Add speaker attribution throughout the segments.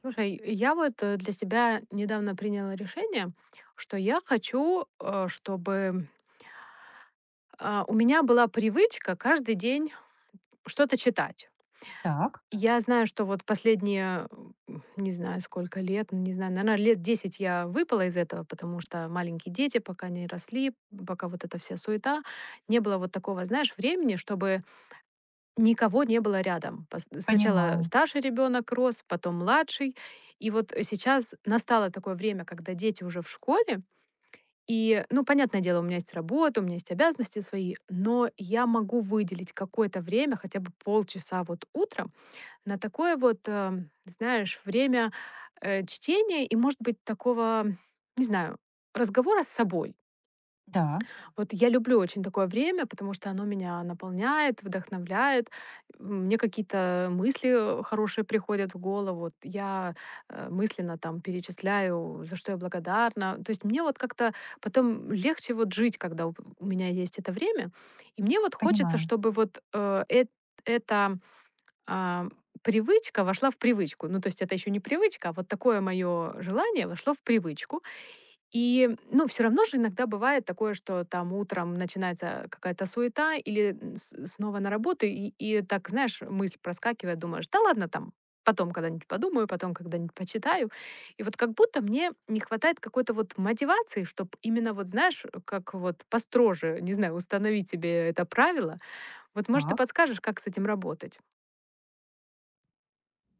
Speaker 1: Слушай, я вот для себя недавно приняла решение, что я хочу, чтобы у меня была привычка каждый день что-то читать.
Speaker 2: Так,
Speaker 1: Я знаю, что вот последние, не знаю, сколько лет, не знаю, наверное, лет 10 я выпала из этого, потому что маленькие дети пока не росли, пока вот эта вся суета, не было вот такого, знаешь, времени, чтобы никого не было рядом. Пос Сначала
Speaker 2: понимаю.
Speaker 1: старший ребенок рос, потом младший. И вот сейчас настало такое время, когда дети уже в школе. И, ну, понятное дело, у меня есть работа, у меня есть обязанности свои, но я могу выделить какое-то время, хотя бы полчаса вот утром, на такое вот, знаешь, время, чтения и, может быть, такого, не знаю, разговора с собой.
Speaker 2: Да,
Speaker 1: Вот я люблю очень такое время, потому что оно меня наполняет, вдохновляет. Мне какие-то мысли хорошие приходят в голову. Вот я мысленно там перечисляю, за что я благодарна. То есть мне вот как-то потом легче вот жить, когда у меня есть это время. И мне вот хочется,
Speaker 2: понимаю.
Speaker 1: чтобы вот эта а, привычка вошла в привычку. Ну, то есть это еще не привычка, а вот такое мое желание вошло в привычку. И, ну, все равно же иногда бывает такое, что там утром начинается какая-то суета или с снова на работу, и так, знаешь, мысль проскакивает, думаешь: "Да ладно там, потом когда-нибудь подумаю, потом когда-нибудь почитаю". И вот как будто мне не хватает какой-то вот мотивации, чтобы именно вот, знаешь, как вот построже, не знаю, установить себе это правило. Вот, может, ты
Speaker 2: Так.
Speaker 1: подскажешь, как с этим работать?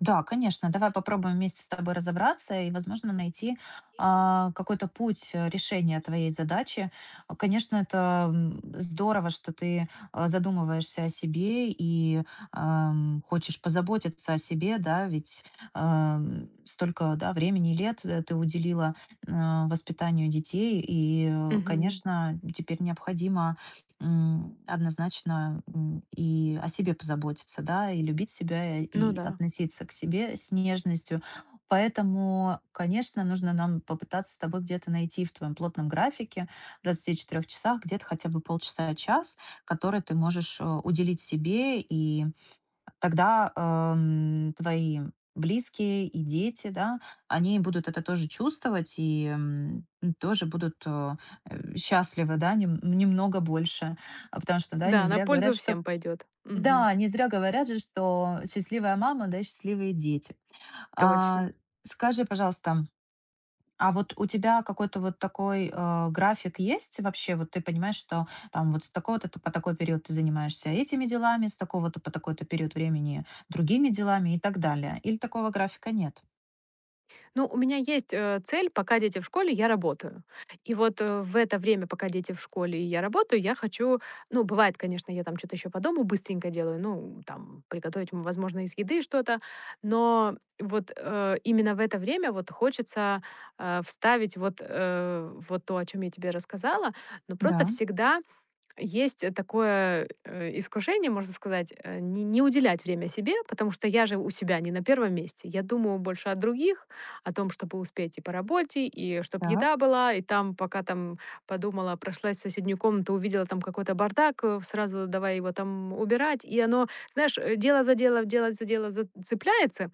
Speaker 2: Да, конечно, давай попробуем вместе с тобой разобраться и, возможно, найти какой-то путь решения твоей задачи. Конечно, это здорово, что ты задумываешься о себе и хочешь позаботиться о себе, да, ведь столько да, времени и лет ты уделила э, воспитанию детей, и,
Speaker 1: Мгм.
Speaker 2: конечно, теперь необходимо однозначно, и о себе позаботиться, да, и любить себя,
Speaker 1: Ну
Speaker 2: и
Speaker 1: да.
Speaker 2: относиться к себе с нежностью. Поэтому, конечно, нужно нам попытаться с тобой где-то найти в твоем плотном графике, в 24 часах, где-то хотя бы полчаса-час, который ты можешь уделить себе, и тогда твои близкие и дети, да, они будут это тоже чувствовать и, тоже будут, счастливы, да, немного больше. А потому что, да, не
Speaker 1: Да, на
Speaker 2: зря
Speaker 1: пользу
Speaker 2: говорят, что,
Speaker 1: всем пойдет.
Speaker 2: да, не зря говорят же, что счастливая мама, да, счастливые дети. А,
Speaker 1: Точно.
Speaker 2: Скажи, пожалуйста, вот у тебя какой-то вот такой график есть вообще? Вот ты понимаешь, что там вот с такого-то ты по такой период ты занимаешься этими делами, с такого-то по такой-то период времени другими делами и так далее? Или такого графика нет?
Speaker 1: Ну, у меня есть, цель: пока дети в школе, я работаю. И вот, в это время, пока дети в школе и я работаю, я хочу. Ну, бывает, конечно, я там что то еще по дому быстренько делаю, ну, там, приготовить, возможно, из еды что-то, но вот, именно в это время вот хочется, вставить вот, вот то, о чем я тебе рассказала, но просто
Speaker 2: Да,
Speaker 1: всегда есть, такое, искушение, можно сказать, не уделять время себе, потому что я же у себя не на первом месте. Я думаю больше о других, о том, чтобы успеть и по работе, и чтобы еда
Speaker 2: так.
Speaker 1: была, и там, пока там подумала, прошлась в соседнюю комнату, увидела там какой-то бардак, сразу давай его там убирать. И оно, знаешь, дело за дело зацепляется,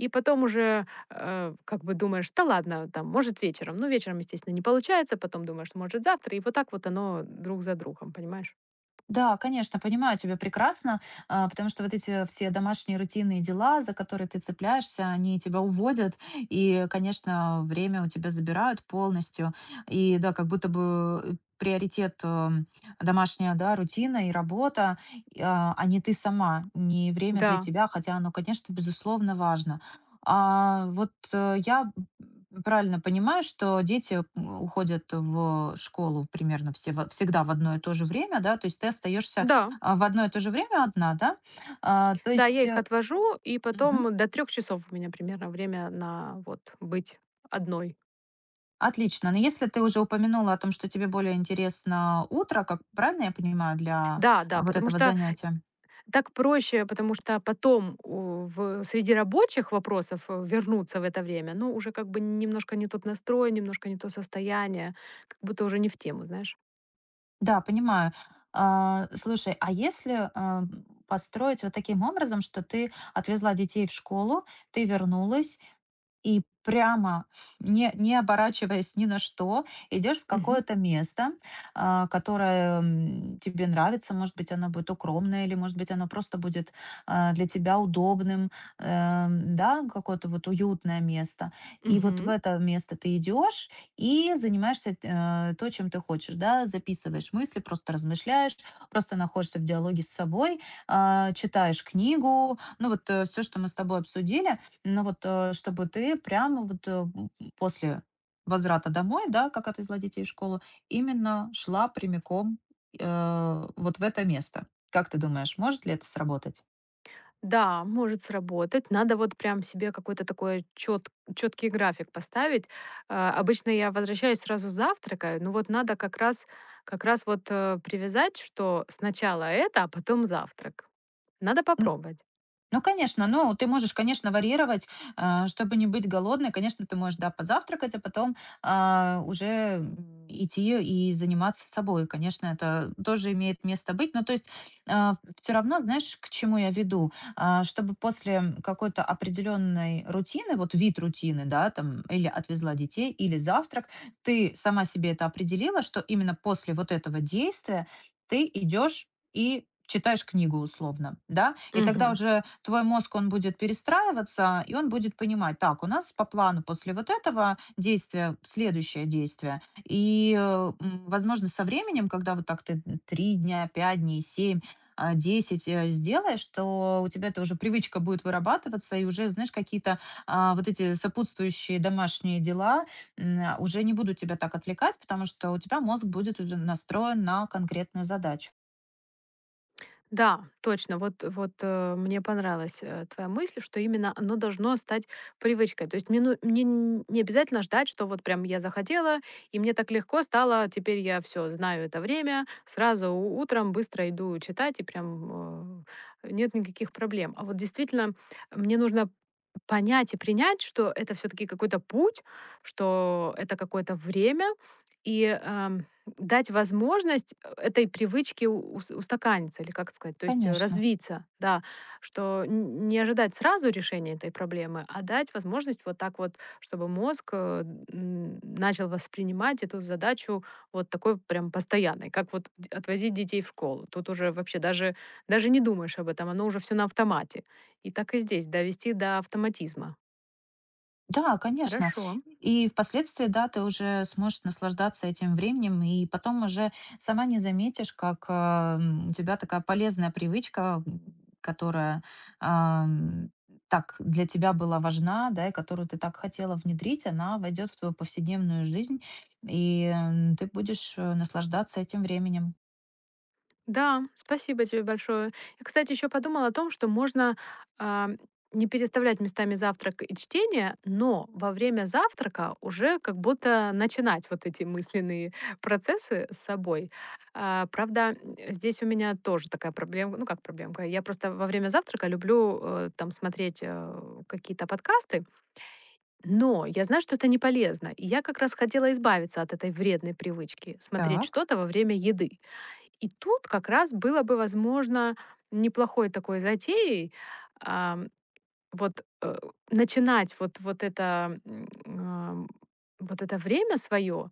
Speaker 1: и потом уже как бы думаешь, да ладно, там, может, вечером. Ну, вечером, естественно, не получается, потом думаешь, может, завтра. И вот так вот оно друг за другом, понимаешь?
Speaker 2: Да, конечно, понимаю тебя прекрасно, потому что вот эти все домашние рутинные дела, за которые ты цепляешься, они тебя уводят, и, конечно, время у тебя забирают полностью. И да, как будто бы приоритет домашняя, да, рутина и работа, и а не ты сама, не время для
Speaker 1: Да,
Speaker 2: тебя, хотя оно, конечно, безусловно важно. Я правильно понимаю, что дети уходят в школу примерно все, всегда в одно и то же время, да, то есть ты остаешься
Speaker 1: да,
Speaker 2: в одно и то же время одна, да. А, то
Speaker 1: да, я
Speaker 2: есть
Speaker 1: их
Speaker 2: э,
Speaker 1: отвожу, и
Speaker 2: мгм,
Speaker 1: потом до 3 часов у меня примерно время на вот быть одной.
Speaker 2: Отлично. Но если ты уже упомянула о том, что тебе более интересно утро, как правильно я понимаю, для
Speaker 1: Да, да,
Speaker 2: вот
Speaker 1: потому
Speaker 2: этого
Speaker 1: что
Speaker 2: занятия?
Speaker 1: так проще, потому что потом среди рабочих вопросов вернуться в это время, ну, уже как бы немножко не тот настрой, немножко не то состояние, как будто уже не в тему, знаешь.
Speaker 2: Да, понимаю. Слушай, а если построить вот таким образом, что ты отвезла детей в школу, ты вернулась, и прямо, не оборачиваясь ни на что, идешь в
Speaker 1: Мгм.
Speaker 2: какое-то место, которое, тебе нравится. Может быть, оно будет укромное или, может быть, оно просто будет, для тебя удобным, да, какое-то вот уютное место. И вот в
Speaker 1: Мгм.
Speaker 2: это место ты идешь и занимаешься, то, чем ты хочешь, да. Записываешь мысли, просто размышляешь, просто находишься в диалоге с собой, читаешь книгу. Ну, вот, все, что мы с тобой обсудили, ну вот, чтобы ты прямо вот, после возврата домой, да, как отвезла детей в школу, именно шла прямиком, вот в это место. Как ты думаешь, может ли это сработать?
Speaker 1: Да, может сработать. Надо вот прям себе какой-то такой четкий график поставить. Обычно я возвращаюсь сразу завтракаю, но вот надо как раз вот привязать, что сначала это, а потом завтрак. Надо попробовать.
Speaker 2: Ну, конечно, ну, ты можешь, конечно, варьировать, чтобы не быть голодной. Конечно, ты можешь, да, позавтракать, а потом уже идти и заниматься собой. Конечно, это тоже имеет место быть. Но то есть все равно, знаешь, к чему я веду? Чтобы после какой-то определенной рутины, вот вид рутины, да, там, или отвезла детей, или завтрак, ты сама себе это определила, что именно после вот этого действия ты идешь и читаешь книгу условно, да. И тогда
Speaker 1: Мгм.
Speaker 2: уже твой мозг, он будет перестраиваться, и он будет понимать, так, у нас по плану после вот этого действия следующее действие. И, возможно, со временем, когда вот так ты 3 дня, 5 дней, 7, 10 сделаешь, то у тебя это уже привычка будет вырабатываться, и уже, знаешь, какие-то вот эти сопутствующие домашние дела уже не будут тебя так отвлекать, потому что у тебя мозг будет уже настроен на конкретную задачу.
Speaker 1: Да, точно. Вот мне понравилась твоя мысль, что именно оно должно стать привычкой. То есть мне не обязательно ждать, что вот прям я захотела, и мне так легко стало, теперь я все знаю это время, сразу утром быстро иду читать, и прям нет никаких проблем. А вот действительно, мне нужно понять и принять, что это все-таки какой-то путь, что это какое-то время, и дать возможность этой привычки устаканиться, или как сказать, то есть
Speaker 2: Конечно.
Speaker 1: развиться, да, что не ожидать сразу решения этой проблемы, а дать возможность вот так вот, чтобы мозг начал воспринимать эту задачу вот такой прям постоянной, как вот отвозить детей в школу. Тут уже вообще даже, даже не думаешь об этом, оно уже все на автомате. И так и здесь, довести до автоматизма.
Speaker 2: Да, конечно.
Speaker 1: Хорошо.
Speaker 2: И впоследствии, да, ты уже сможешь наслаждаться этим временем, и потом уже сама не заметишь, как у тебя такая полезная привычка, которая а, м, так для тебя была важна, да, и которую ты так хотела внедрить, она войдет в твою повседневную жизнь, и ты будешь наслаждаться этим временем.
Speaker 1: Да, спасибо тебе большое. Я, кстати, еще подумала о том, что можно а, не переставлять местами завтрак и чтение, но во время завтрака уже как будто начинать вот эти мысленные процессы с собой. Правда, здесь у меня тоже такая проблема, ну как проблемка, я просто во время завтрака люблю там смотреть какие-то подкасты, но я знаю, что это не полезно, и я как раз хотела избавиться от этой вредной привычки смотреть
Speaker 2: Так.
Speaker 1: что-то во время еды. И тут как раз было бы, возможно, неплохой такой затеей, ам, вот, начинать вот это, вот это время свое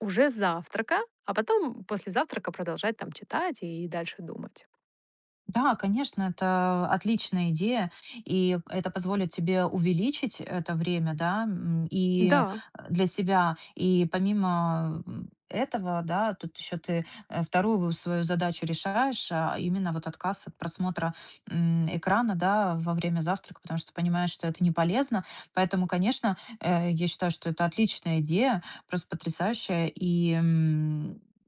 Speaker 1: уже с завтрака, а потом после завтрака продолжать там читать и дальше думать.
Speaker 2: Да, конечно, это отличная идея, и это позволит тебе увеличить это время, да, и
Speaker 1: Да.
Speaker 2: для себя. И помимо этого, да, тут еще ты вторую свою задачу решаешь, а именно вот отказ от просмотра экрана, да, во время завтрака, потому что понимаешь, что это не полезно. Поэтому, конечно, я считаю, что это отличная идея, просто потрясающая, и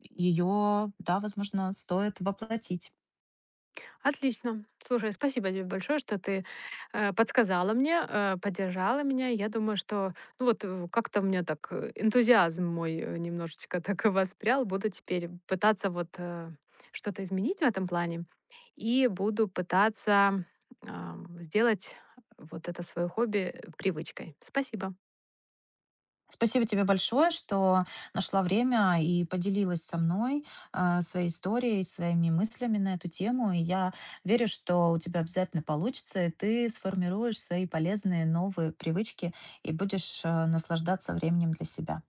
Speaker 2: ее, да, возможно, стоит воплотить.
Speaker 1: Отлично. Слушай, спасибо тебе большое, что ты подсказала мне, поддержала меня. Я думаю, что ну вот как-то у меня так энтузиазм мой немножечко так и воспрял. Буду теперь пытаться вот что-то изменить в этом плане и буду пытаться сделать вот это свое хобби привычкой. Спасибо.
Speaker 2: Спасибо тебе большое, что нашла время и поделилась со мной своей историей, своими мыслями на эту тему. И я верю, что у тебя обязательно получится, и ты сформируешь свои полезные новые привычки и будешь наслаждаться временем для себя.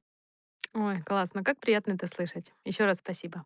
Speaker 1: Ой, классно, как приятно это слышать. Еще раз спасибо.